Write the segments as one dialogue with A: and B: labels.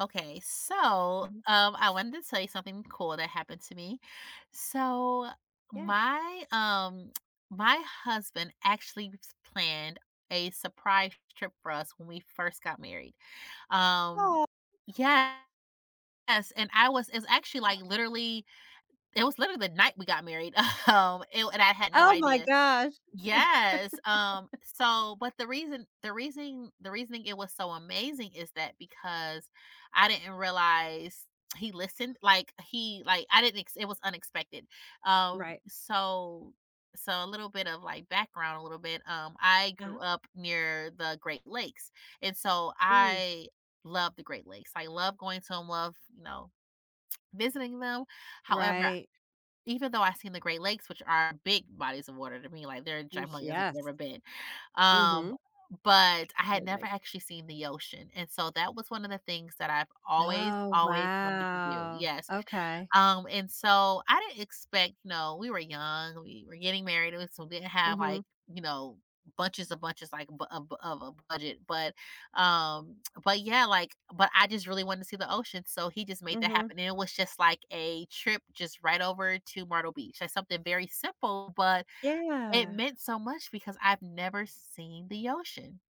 A: Okay,
B: Mhm.
A: I wanted to tell you something cool that happened to me. So
B: Yeah.
A: my my husband planned a surprise trip for us when we first got married. Um,
B: Oh,
A: yes, and I was it's actually like literally it was literally the night we got married. And I had no
B: oh my
A: idea.
B: gosh.
A: Yes. So but the reasoning it was so amazing is that because I didn't realize he listened, like he like I didn't ex- it was unexpected. Um
B: Right.
A: so so a little bit of like background a little bit. I
B: Uh-huh.
A: grew up near the Great Lakes. And so
B: Mm,
A: I love the Great Lakes. I love going to them, love, visiting them. However,
B: right.
A: even though I've seen the Great Lakes, which are big bodies of water to me, like, they're
B: Mm, sh
A: humongous if you've
B: yes.
A: ever been. Um,
B: Mhm.
A: but I had
B: Very
A: never
B: big.
A: actually seen the ocean, and so that was one of the things that I've always,
B: Oh,
A: always wanted to do,
B: wow.
A: yes.
B: Okay.
A: And so I didn't expect, you know, we were young, we were getting married, and so we didn't have,
B: Mhm,
A: like, you know, bunches of bunches, like, bu of a budget, um, but yeah, like, but I just really wanted to see the ocean, so he just made that
B: mhm.
A: happen. And it was just like a trip just right over to Myrtle Beach, like something very simple, but it
B: Yeah.
A: meant so much because I've never seen the ocean.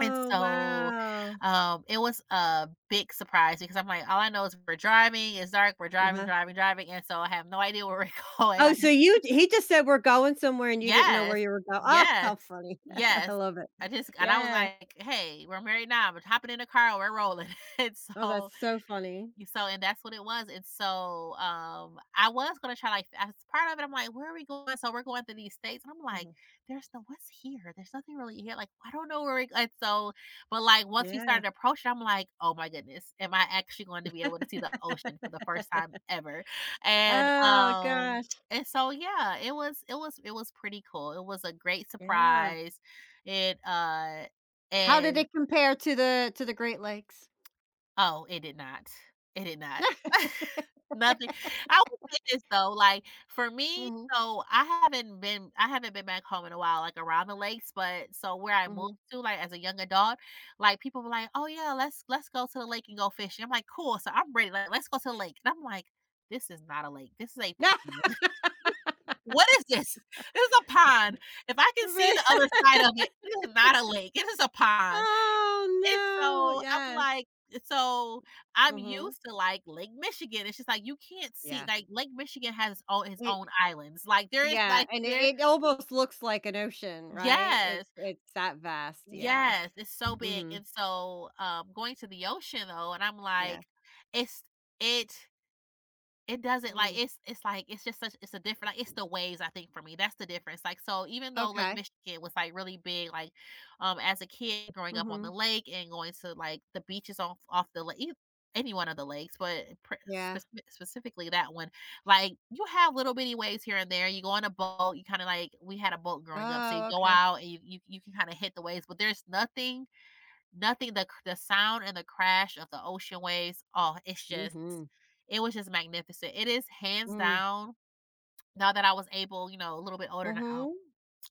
A: And so
B: wow.
A: it was a big surprise because I'm like, all I know is we're driving, it's dark, we're driving,
B: Uh-huh.
A: driving, driving. And so I have no idea where we're going.
B: Oh,
A: I
B: so
A: just
B: you he just said, "We're going somewhere," and you didn't know where
A: Yes,
B: you were going. Oh,
A: yes,
B: how funny. I
A: yes.
B: love it.
A: I just and I was
B: Yeah.
A: like, "Hey, we're married now, we're hopping in the car, we're rolling." And
B: Oh,
A: so
B: that's so funny.
A: you so and that's what it was, and so, I was gonna try, like, as part of it, I'm like, "Where are we going?" So we're going through these states, and I'm like,
B: Mhm.
A: "There's no what's here? There's nothing really here, like, I don't know where we," and so but, like, once we
B: Yeah.
A: started approaching, I'm like, "Oh my goodness, am I actually going to be able to see the ocean for the first time ever?" And,
B: Oh,
A: um,
B: gosh.
A: and so, yeah, it was pretty cool, it was a great
B: Yeah.
A: surprise, it,
B: How did
A: and
B: it compare to the Great Lakes?
A: Oh, it did not. It did not. Nothing I will say this though, like, for me,
B: Mhm,
A: so I haven't been back home in a while, like, around the lakes, but so where I moved
B: mhm.
A: to, like, as a young adult, like, people were like, "Oh, yeah, let's go to the lake and go fishing." I'm like, "Cool." So I'm ready, like, "Let's go to the lake." And I'm like, "This is not a lake. This is a
B: Yeah.
A: pond. What is this? This is a pond. If I can see
B: Right.
A: the other side of it, this is not a lake. It is a pond."
B: Oh,
A: And
B: no.
A: so I'm
B: Yes.
A: like so I'm
B: Mhm.
A: used to, like, Lake Michigan. It's just like you can't see
B: Yeah.
A: like, Lake Michigan has its own
B: It
A: islands. Like, there is,
B: yeah,
A: like
B: and
A: there
B: it almost looks like an ocean, right? It's
A: Yes,
B: it's that vast, yeah.
A: yes, it's so big,
B: Mhm,
A: and so, going to the ocean, though, and I'm
B: yeah.
A: like, it's it It doesn't like
B: Mm.
A: it's like it's just such it's a different like it's the waves I think for me that's the difference, like so even though Lake
B: Okay.
A: Michigan was like really big, like as a kid growing up on the
B: Mhm.
A: lake and going to like the beaches off the lake any one of the lakes but
B: Yeah.
A: specifically that one, like you have little bitty waves here and there. You go on a boat, you kind of like we had a boat growing up, so you
B: Oh,
A: go
B: okay.
A: out and you can kind of hit the waves but there's nothing Nothing the sound and the crash of the ocean waves, oh, it's just
B: Mhm.
A: it was just magnificent. It is hands
B: Mm.
A: down now that I was able, you know, a little bit older now,
B: Mhm.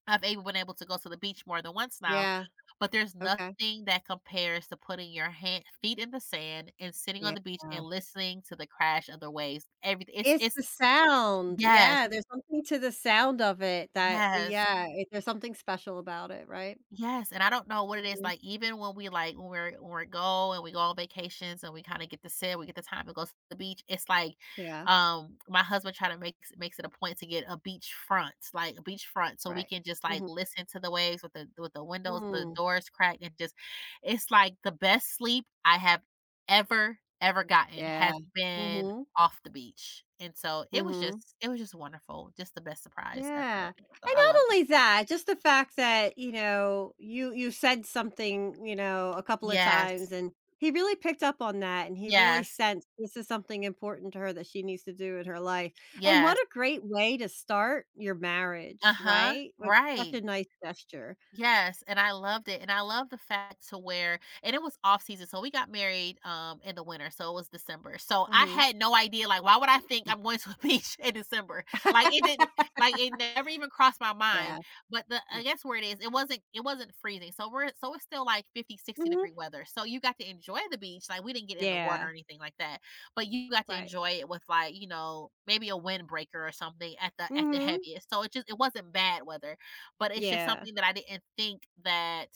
A: I've able been able to go to the beach more than once now,
B: Yeah.
A: but there's
B: Okay.
A: nothing that compares to putting your hand feet in the sand and sitting
B: Yeah.
A: on the beach and listening to the crash of the waves. Everything.
B: It's
A: It's
B: the sound.
A: Yes,
B: Yeah, there's something to the sound of it that
A: yes.
B: yeah, it there's something special about it, right?
A: Yes, and I don't know what it is,
B: Mhm.
A: like, even when we're when we go and we go on vacations and we kinda get to sit, we get the time to go to the beach, it's like,
B: Yeah,
A: my husband try to makes it a point to get a beach front, like, a beach front so we
B: right.
A: can just, like,
B: Mhm.
A: listen to the waves with the windows, the
B: Mm.
A: doors cracked, and just it's like the best sleep I have ever, ever gotten
B: Yeah.
A: has been
B: Mhm.
A: off the beach, and so
B: Mhm.
A: it was just wonderful, just the best surprise
B: Yeah.
A: ever,
B: And
A: so I
B: not
A: loved it.
B: only that, just the fact that, you said something, a couple of
A: Yes.
B: times and he really picked up on that and he really
A: Yes.
B: sensed this is something important to her that she needs to do in her life. And what
A: Yes.
B: a great way to start your marriage,
A: Uh-huh.
B: right? With such
A: Right.
B: a nice gesture.
A: Yes, and I loved it, and I love the fact to where and it was off season, so we got married, in the winter, so it was December, so I
B: Hmm.
A: had no idea, like, why would I think I'm going to a beach in December? Like, it didn't like, it never even crossed my
B: Yeah.
A: mind, but the I guess where it is, it wasn't freezing, so we're so it's still, like, 50, 60
B: Hmm.
A: degree weather, so you got to enjoy the beach, like, we didn't get in the water
B: Yeah.
A: or anything like that, but you got to
B: Right.
A: enjoy it with, like, you know, maybe a windbreaker or something at the
B: Hmm.
A: heaviest, so it just it wasn't bad weather but it's just
B: Yeah.
A: something that I didn't think that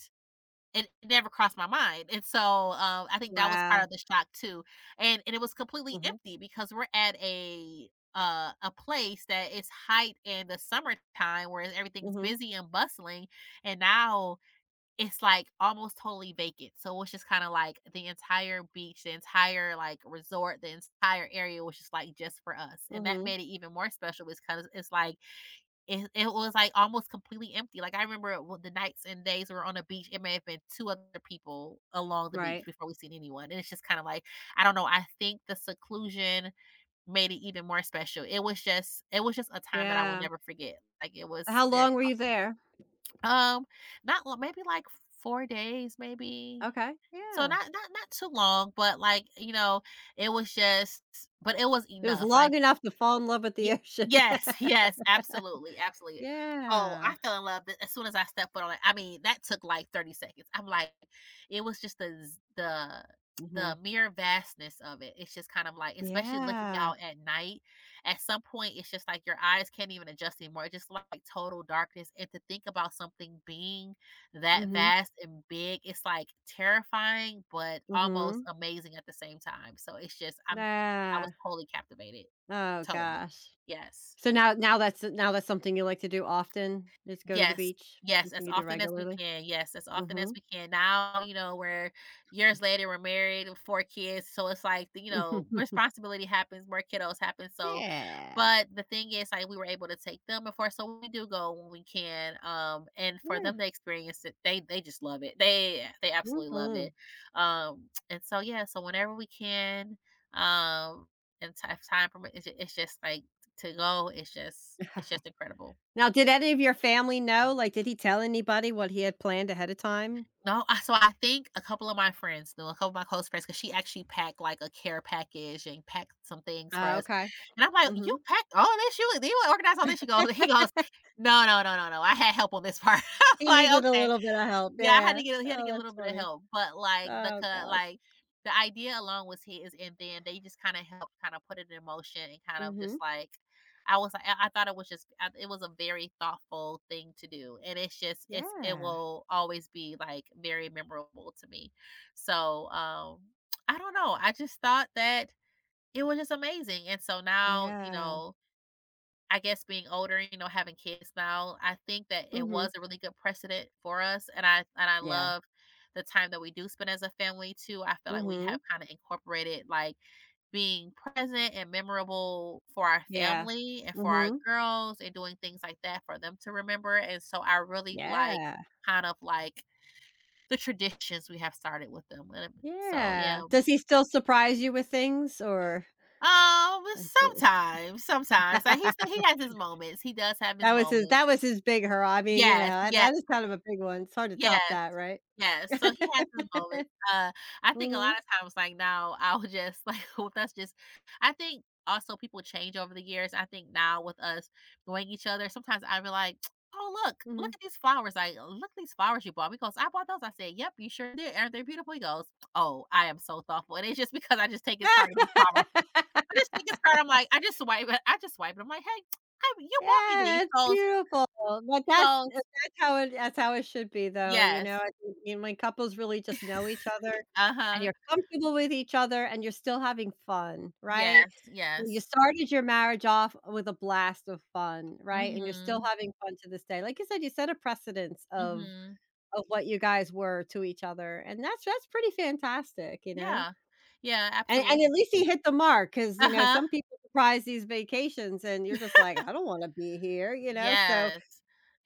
A: it never crossed my mind. And so, I think that was part
B: Wow.
A: of the shock too. And it was completely
B: Hmm.
A: empty because we're at a place that is hype in the summertime where everything's
B: Hmm.
A: busy and bustling and now it's like almost totally vacant, so it's just kind of like the entire beach, the entire like resort, the entire area was just like just for us, and that
B: Hmm.
A: made it even more special because it's like it was like almost completely empty. Like I remember when the nights and days we were on the beach, it may have been two other people along the beach
B: Right.
A: before we seen anyone. And it's just kind of like I don't know. I think the seclusion made it even more special. It was just a time that I will
B: Yeah.
A: never forget. Like it was
B: How
A: very
B: long were you there?
A: um not lo- maybe like 4 days maybe.
B: Okay.
A: So
B: Yeah.
A: not too long, but like, you know, it was just but it was
B: It was
A: enough.
B: long
A: Like
B: enough to fall in love with
A: Ye
B: the ocean.
A: yes, yes, absolutely, absolutely. Oh,
B: Yeah.
A: I fell in love the as soon as I stepped foot on it. I mean, that took, like, 30 seconds. I'm like it was just
B: Mhm.
A: the mere vastness of it. It's just kind of like especially looking
B: Yeah.
A: out at night, at some point, it's just like your eyes can't even adjust anymore. It's just like total darkness, and to think about something being that
B: Mhm.
A: vast and big, it's, like, terrifying, but almost
B: Mhm.
A: amazing at the same time. So it's just I'm I
B: Ah.
A: was totally captivated.
B: Oh
A: Totally.
B: gosh.
A: Yes.
B: So now that's now that's something you like to do often, is go to the
A: Yes,
B: beach?
A: yes, as
B: Something you do
A: often as we
B: regularly?
A: can, yes, as often as
B: Mhm.
A: we can. Now, you know, we're years later, we're married with 4 kids, so it's like, the- you know, responsibility happens, more kiddos happen, so
B: Yeah.
A: but the thing is, like, we were able to take them before, so we do go when we can, and for
B: Yeah.
A: them to experience it, they just love it. They absolutely love
B: Mhm.
A: it, and so, yeah, so whenever we can, um, and ti if time permit it's just like to go, it's just incredible.
B: Now did any of your family know? Like, did he tell anybody what he had planned ahead of time?
A: No, I so I think a couple of my friends knew, a couple of my close friends, because she actually packed, like, a care package and packed some things for
B: Oh,
A: us,
B: okay.
A: and I'm like, "You
B: Mhm.
A: packed all this? You organized all this?" She goes he goes, "No, no, no, no, no, I had help on this part." I'm
B: He
A: like,
B: needed a
A: "Okay."
B: little bit of help,
A: Yeah, I had
B: yeah.
A: to get he had to
B: Oh,
A: get a
B: that's
A: little bit of
B: funny.
A: help, but, like,
B: Oh gosh.
A: the idea alone was his, and then they just kinda helped kinda put it in motion and kind of
B: Mhm.
A: just, like, I thought it was just I it was a very thoughtful thing to do, and it's just it's it
B: Yeah.
A: will always be, like, very memorable to me. So, I don't know, I just thought that it was just amazing, and so now,
B: Yeah.
A: I guess being older, having kids now, I think that it
B: Mhm.
A: was a really good precedent for us, and I
B: Yeah.
A: love the time that we do spend as a family too. I feel like we have
B: Mhm.
A: kind of incorporated like being present and memorable for our
B: Yeah.
A: family and for our
B: Mhm.
A: girls and doing things like that for them to remember. And so I really like
B: Yeah.
A: kind of like the traditions we have started with them. And so yeah.
B: Yeah. Does he still surprise you with things or
A: Um
B: like.
A: Sometimes, sometimes. Like he said he has his moments. He does have
B: That
A: his
B: was his
A: moments.
B: big hurrah. I mean, you know,
A: Yes,
B: that
A: yes.
B: that is kind of a big one. It's hard to top
A: Yes,
B: that, right?
A: yes, so he has his moments, uh, I think a lot
B: Mhm.
A: of times, like, now I'll just, like, with us just I think also people change over the years, I think now with us knowing each other, sometimes I'll be like, "Oh, look,
B: Mhm.
A: look at these flowers, like, look at these flowers you bought." Because "I bought those," I said, "Yep, you sure did, aren't they beautiful?" He goes, "Oh, I am so thoughtful," and it's just because I just take his card and just buy myself I just take his card, I just swipe it I'm like, "Hey, I you bought me these."
B: Yeah, it's
A: He goes
B: beautiful, but
A: he goes,
B: that's how it should be though, you know,
A: "Yes."
B: I think, and when couples really just know each other, and
A: Uh-huh.
B: you're comfortable with each other, and you're still having fun, right?
A: Yes,
B: You
A: yes.
B: started your marriage off with a blast of fun, right? And you're still
A: Mhm,
B: having fun to this day. Like you said, you set a precedence of
A: mhm.
B: what you guys were to each other, and that's pretty fantastic, you know?
A: Yeah. Yeah,
B: And at
A: absolutely.
B: least he hit the mark because you know,
A: Uh-huh.
B: some people surprise these vacations and you're just like, "I don't wanna be here," you know, so
A: Yes,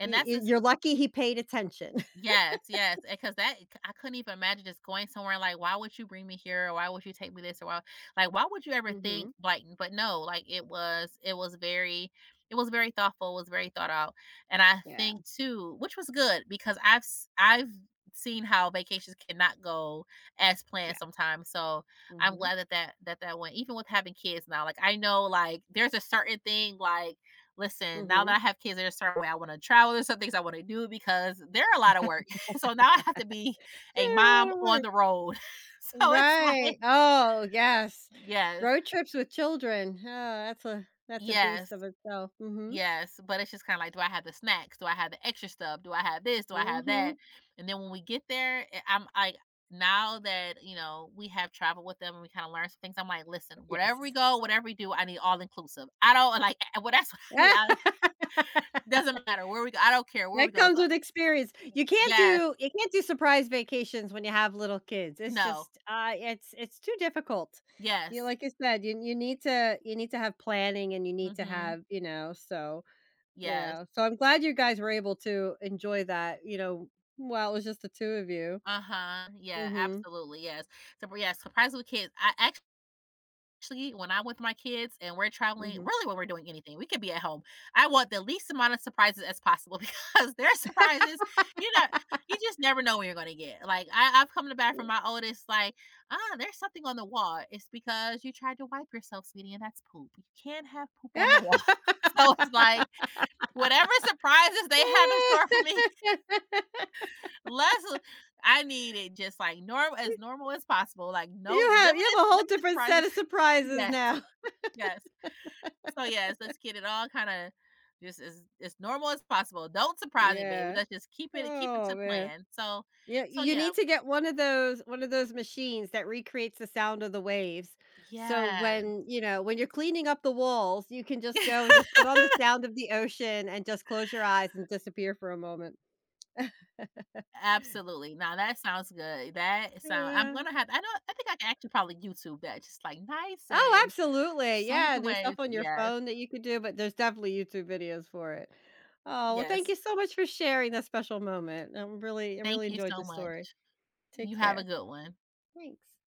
A: and
B: y
A: that's
B: y
A: the
B: you're lucky he paid attention.
A: Yes, yes, because that I couldn't even imagine just going somewhere like, "Why would you bring me here? Or why would you take me this? Or why" like, why would you ever think
B: Mhm.
A: like, but no, like, it was very it was very thoughtful, it was very thought out, and I
B: Yeah,
A: think too, which was good because I've seen how vacations cannot go as
B: yeah.
A: planned sometimes, so I'm
B: Mhm,
A: glad that went. Even with having kids now, like, I know, like, there's a certain thing, like, listen, now
B: mhm.
A: that I have kids, there's a certain way I want to travel. There's some things I want to do because they're a lot of work. So now I have to be a
B: They're a lot
A: mom
B: of
A: on
B: work.
A: the road. So it's like,
B: Right. Oh, yes.
A: yes,
B: Road trips with children. Oh, that's a
A: yes,
B: beast of itself. Mhm.
A: yes. But it's just kind of like, do I have the snacks? Do I have the extra stuff? Do I have this? Do I have that?
B: Mhm.
A: And then when we get there, eh, now that, you know, we have traveled with them and we kind of learned some things, I'm like, listen, wherever we
B: Yes.
A: go, whatever we do, I need all inclusive. I don't like eh, well, that's what I need. I, doesn't matter where we go. I don't care where we
B: That
A: go.
B: comes
A: So-
B: with experience. You can't
A: Yes.
B: do surprise vacations when you have little kids. It's
A: No.
B: just, it's too difficult. You
A: Yes.
B: like you said, you need to you need to have planning and you
A: Mm.
B: need to
A: Mhm.
B: have, you
A: Yes.
B: know, so I'm glad you guys were able to enjoy that, you know, while it was just the 2 of you.
A: Uh-huh. Yeah,
B: Mhm,
A: absolutely, yes. So, yeah, surprise with kids. I Actually, when I'm with my kids and we're traveling,
B: mhm.
A: really when we're doing anything, we could be at home. I want the least amount of surprises as possible because their surprises, you know, you just never know what you're gonna get. Like I, I've come back from my oldest, like, ah, there's something on the wall. It's because you tried to wipe yourself, sweetie, and that's poop. You can't have poop on the wall. So it's like whatever surprises they have in store for me, Less of I need it just like normal, as normal as possible, like, no
B: You have a whole
A: limited
B: different set
A: surprises.
B: of surprises
A: Yes,
B: now.
A: yes. So, yes, let's get it all kinda just as normal as possible. Don't surprise me, baby.
B: Yeah.
A: Let's just keep it
B: Oh,
A: to
B: man.
A: plan. So
B: Yeah,
A: so,
B: you
A: yeah.
B: need to get one of those machines that recreates the sound of the waves. So
A: Yeah.
B: when, you know, when you're cleaning up the walls, you can just go and just put on the sound of the ocean and just close your eyes and disappear for a moment.
A: Absolutely. Now that sounds good. That sound I'm
B: Yeah.
A: gonna have I know I think I can actually probably YouTube that. Just like nice
B: Oh,
A: and just
B: absolutely.
A: some of
B: Yeah,
A: the
B: and there's stuff
A: ways.
B: on your
A: Yes,
B: phone that you could do, but there's definitely YouTube videos for it. Oh, well, thank
A: yes.
B: you so much for sharing that special moment. I really
A: Thank you
B: enjoyed
A: so
B: the story.
A: much.
B: Take
A: You have a
B: care.
A: good one.
B: Thanks.